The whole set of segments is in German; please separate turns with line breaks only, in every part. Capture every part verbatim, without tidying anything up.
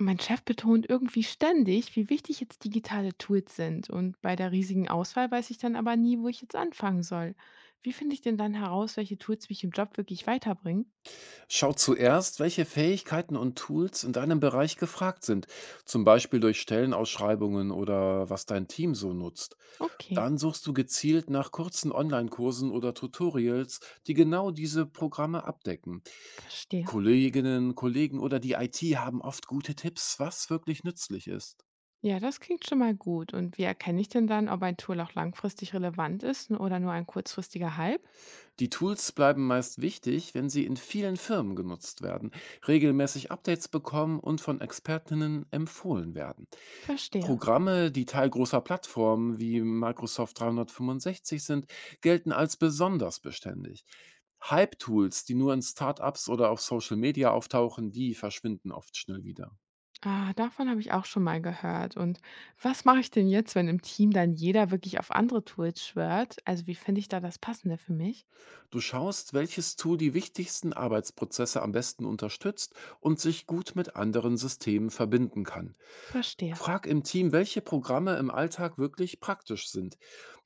Mein Chef betont irgendwie ständig, wie wichtig jetzt digitale Tools sind. Und bei der riesigen Auswahl weiß ich dann aber nie, wo ich jetzt anfangen soll. Wie finde ich denn dann heraus, welche Tools mich im Job wirklich weiterbringen?
Schau zuerst, welche Fähigkeiten und Tools in deinem Bereich gefragt sind, zum Beispiel durch Stellenausschreibungen oder was dein Team so nutzt.
Okay,
Dann suchst du gezielt nach kurzen Online-Kursen oder Tutorials, die genau diese Programme abdecken.
verstehe.
Kolleginnen, Kollegen oder die I T haben oft gute Tipps, was wirklich nützlich ist.
Ja, das klingt schon mal gut. Und wie erkenne ich denn dann, ob ein Tool auch langfristig relevant ist n- oder nur ein kurzfristiger Hype?
Die Tools bleiben meist wichtig, wenn sie in vielen Firmen genutzt werden, regelmäßig Updates bekommen und von Expertinnen empfohlen werden.
Verstehe.
Programme, die Teil großer Plattformen wie Microsoft dreihundertfünfundsechzig sind, gelten als besonders beständig. Hype-Tools, die nur in Startups oder auf Social Media auftauchen, die verschwinden oft schnell wieder.
Ah, davon habe ich auch schon mal gehört. Und was mache ich denn jetzt, wenn im Team dann jeder wirklich auf andere Tools schwört? Also wie finde ich da das Passende für mich?
Du schaust, welches Tool die wichtigsten Arbeitsprozesse am besten unterstützt und sich gut mit anderen Systemen verbinden kann.
Verstehe.
Frag im Team, welche Programme im Alltag wirklich praktisch sind.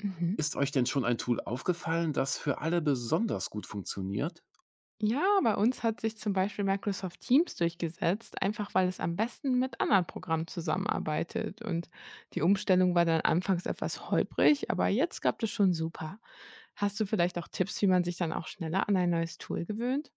Mhm.
Ist euch denn schon ein Tool aufgefallen, das für alle besonders gut funktioniert?
Ja, bei uns hat sich zum Beispiel Microsoft Teams durchgesetzt, einfach weil es am besten mit anderen Programmen zusammenarbeitet. Und die Umstellung war dann anfangs etwas holprig, aber jetzt gab es schon super. Hast du vielleicht auch Tipps, wie man sich dann auch schneller an ein neues Tool gewöhnt?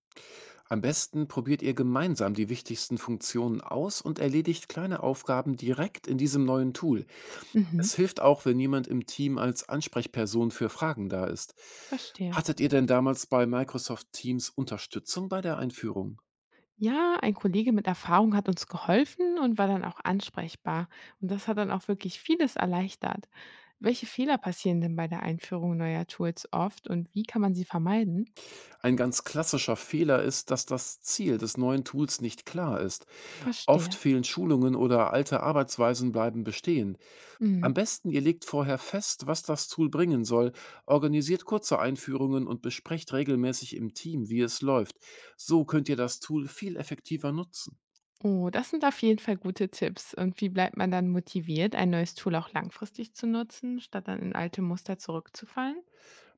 Am besten probiert ihr gemeinsam die wichtigsten Funktionen aus und erledigt kleine Aufgaben direkt in diesem neuen Tool.
Mhm,
Es hilft auch, wenn jemand im Team als Ansprechperson für Fragen da ist.
verstehe.
Hattet ihr denn damals bei Microsoft Teams Unterstützung bei der Einführung?
Ja, ein Kollege mit Erfahrung hat uns geholfen und war dann auch ansprechbar. Und das hat dann auch wirklich vieles erleichtert. Welche Fehler passieren denn bei der Einführung neuer Tools oft und wie kann man sie vermeiden?
Ein ganz klassischer Fehler ist, dass das Ziel des neuen Tools nicht klar ist. Oft
Verstehe.
fehlen Schulungen oder alte Arbeitsweisen bleiben bestehen.
Mhm.
Am besten, ihr legt vorher fest, was das Tool bringen soll, organisiert kurze Einführungen und besprecht regelmäßig im Team, wie es läuft. So könnt ihr das Tool viel effektiver nutzen.
Oh, das sind auf jeden Fall gute Tipps. Und wie bleibt man dann motiviert, ein neues Tool auch langfristig zu nutzen, statt dann in alte Muster zurückzufallen?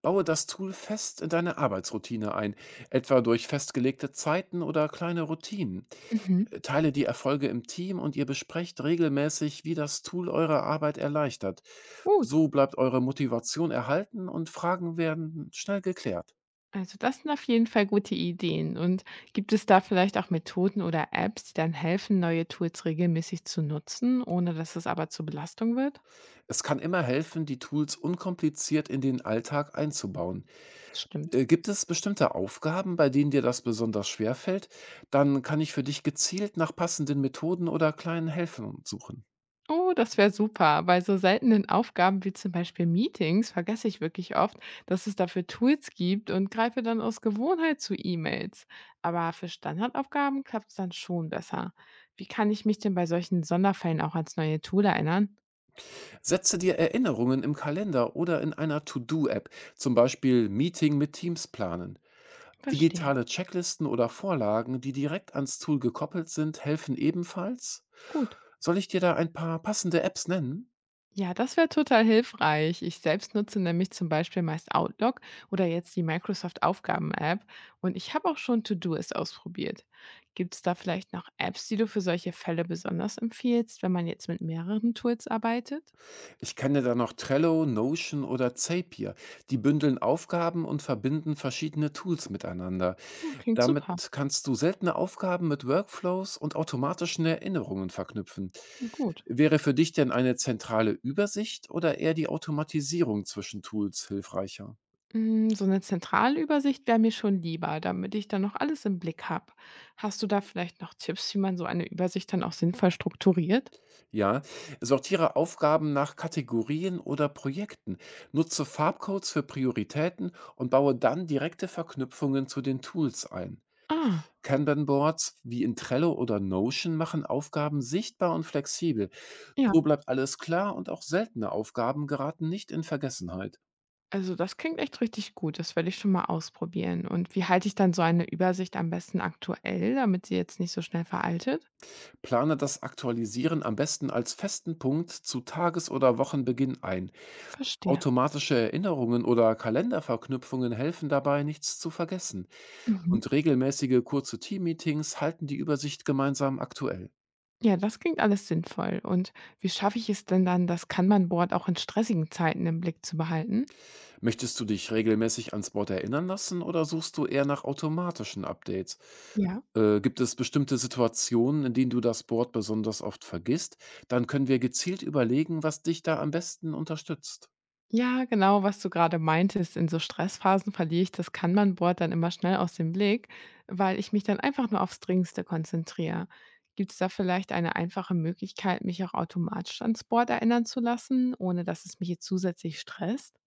Baue das Tool fest in deine Arbeitsroutine ein, etwa durch festgelegte Zeiten oder kleine Routinen.
Mhm.
Äh, Teile die Erfolge im Team und ihr besprecht regelmäßig, wie das Tool eure Arbeit erleichtert.
Gut.
So bleibt eure Motivation erhalten und Fragen werden schnell geklärt.
Also das sind auf jeden Fall gute Ideen. Und gibt es da vielleicht auch Methoden oder Apps, die dann helfen, neue Tools regelmäßig zu nutzen, ohne dass es aber zur Belastung wird?
Es kann immer helfen, die Tools unkompliziert in den Alltag einzubauen.
Das stimmt.
Äh, Gibt es bestimmte Aufgaben, bei denen dir das besonders schwer fällt? Dann kann ich für dich gezielt nach passenden Methoden oder kleinen Helfern suchen.
Oh, das wäre super. Bei so seltenen Aufgaben wie zum Beispiel Meetings vergesse ich wirklich oft, dass es dafür Tools gibt und greife dann aus Gewohnheit zu E-Mails. Aber für Standardaufgaben klappt es dann schon besser. Wie kann ich mich denn bei solchen Sonderfällen auch ans neue Tool erinnern?
Setze dir Erinnerungen im Kalender oder in einer To-Do-App, zum Beispiel Meeting mit Teams planen.
Verstehe.
Digitale Checklisten oder Vorlagen, die direkt ans Tool gekoppelt sind, helfen ebenfalls.
Gut.
Soll ich dir da ein paar passende Apps nennen?
Ja, das wäre total hilfreich. Ich selbst nutze nämlich zum Beispiel meist Outlook oder jetzt die Microsoft Aufgaben-App und ich habe auch schon To-Do-Ist ausprobiert. Gibt es da vielleicht noch Apps, die du für solche Fälle besonders empfiehlst, wenn man jetzt mit mehreren Tools arbeitet?
Ich kenne da noch Trello, Notion oder Zapier. Die bündeln Aufgaben und verbinden verschiedene Tools miteinander.
Hm, klingt
Damit
super.
kannst du seltene Aufgaben mit Workflows und automatischen Erinnerungen verknüpfen.
Klingt gut.
Wäre für dich denn eine zentrale Übersicht oder eher die Automatisierung zwischen Tools hilfreicher?
Mm, so eine Zentralübersicht wäre mir schon lieber, damit ich dann noch alles im Blick habe. Hast du da vielleicht noch Tipps, wie man so eine Übersicht dann auch sinnvoll strukturiert?
Ja, sortiere Aufgaben nach Kategorien oder Projekten, nutze Farbcodes für Prioritäten und baue dann direkte Verknüpfungen zu den Tools ein.
Ah,
Kanban-Boards wie in Trello oder Notion machen Aufgaben sichtbar und flexibel.
ja.
So bleibt alles klar und auch seltene Aufgaben geraten nicht in Vergessenheit.
Also, das klingt echt richtig gut. Das werde ich schon mal ausprobieren. Und wie halte ich dann so eine Übersicht am besten aktuell, damit sie jetzt nicht so schnell veraltet?
Plane das Aktualisieren am besten als festen Punkt zu Tages- oder Wochenbeginn ein.
Verstehe.
Automatische Erinnerungen oder Kalenderverknüpfungen helfen dabei, nichts zu vergessen.
Mhm.
Und regelmäßige kurze Team-Meetings halten die Übersicht gemeinsam aktuell.
Ja, das klingt alles sinnvoll. Und wie schaffe ich es denn dann, das Kanban-Board auch in stressigen Zeiten im Blick zu behalten?
Möchtest du dich regelmäßig ans Board erinnern lassen oder suchst du eher nach automatischen Updates?
Ja.
Äh, gibt es bestimmte Situationen, in denen du das Board besonders oft vergisst? Dann können wir gezielt überlegen, was dich da am besten unterstützt.
Ja, genau, was du gerade meintest, in so Stressphasen verliere ich das Kanban-Board dann immer schnell aus dem Blick, weil ich mich dann einfach nur aufs Dringendste konzentriere. Gibt es da vielleicht eine einfache Möglichkeit, mich auch automatisch ans Board erinnern zu lassen, ohne dass es mich jetzt zusätzlich stresst?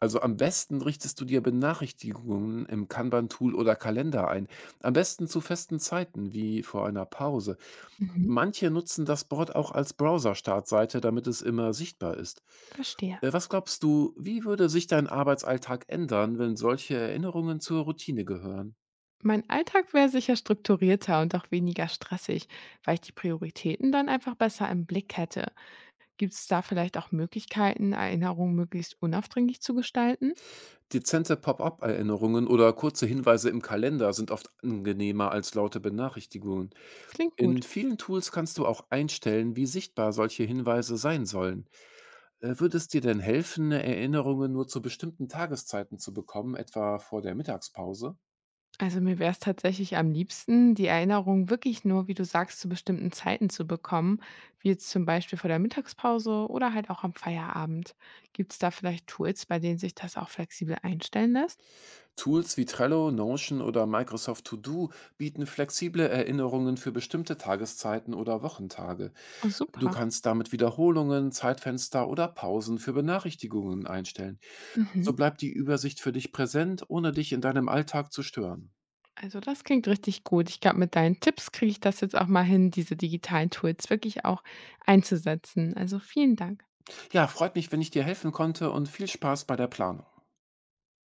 Also am besten richtest du dir Benachrichtigungen im Kanban-Tool oder Kalender ein. Am besten zu festen Zeiten, wie vor einer Pause.
Mhm,
Manche nutzen das Board auch als Browser-Startseite, damit es immer sichtbar ist.
verstehe.
Äh, was glaubst du, wie würde sich dein Arbeitsalltag ändern, wenn solche Erinnerungen zur Routine gehören?
Mein Alltag wäre sicher strukturierter und auch weniger stressig, weil ich die Prioritäten dann einfach besser im Blick hätte. Gibt es da vielleicht auch Möglichkeiten, Erinnerungen möglichst unaufdringlich zu gestalten?
Dezente Pop-up-Erinnerungen oder kurze Hinweise im Kalender sind oft angenehmer als laute Benachrichtigungen.
Klingt
In
gut.
vielen Tools kannst du auch einstellen, wie sichtbar solche Hinweise sein sollen. Äh, würde es dir denn helfen, Erinnerungen nur zu bestimmten Tageszeiten zu bekommen, etwa vor der Mittagspause?
Also mir wäre es tatsächlich am liebsten, die Erinnerung wirklich nur, wie du sagst, zu bestimmten Zeiten zu bekommen, wie jetzt zum Beispiel vor der Mittagspause oder halt auch am Feierabend. Gibt es da vielleicht Tools, bei denen sich das auch flexibel einstellen lässt?
Tools wie Trello, Notion oder Microsoft To Do bieten flexible Erinnerungen für bestimmte Tageszeiten oder Wochentage.
Oh,
Du
super.
kannst damit Wiederholungen, Zeitfenster oder Pausen für Benachrichtigungen einstellen. So
Mhm.
bleibt die Übersicht für dich präsent, ohne dich in deinem Alltag zu stören.
Also das klingt richtig gut. Ich glaube, mit deinen Tipps kriege ich das jetzt auch mal hin, diese digitalen Tools wirklich auch einzusetzen. Also vielen Dank.
Ja, freut mich, wenn ich dir helfen konnte und viel Spaß bei der Planung.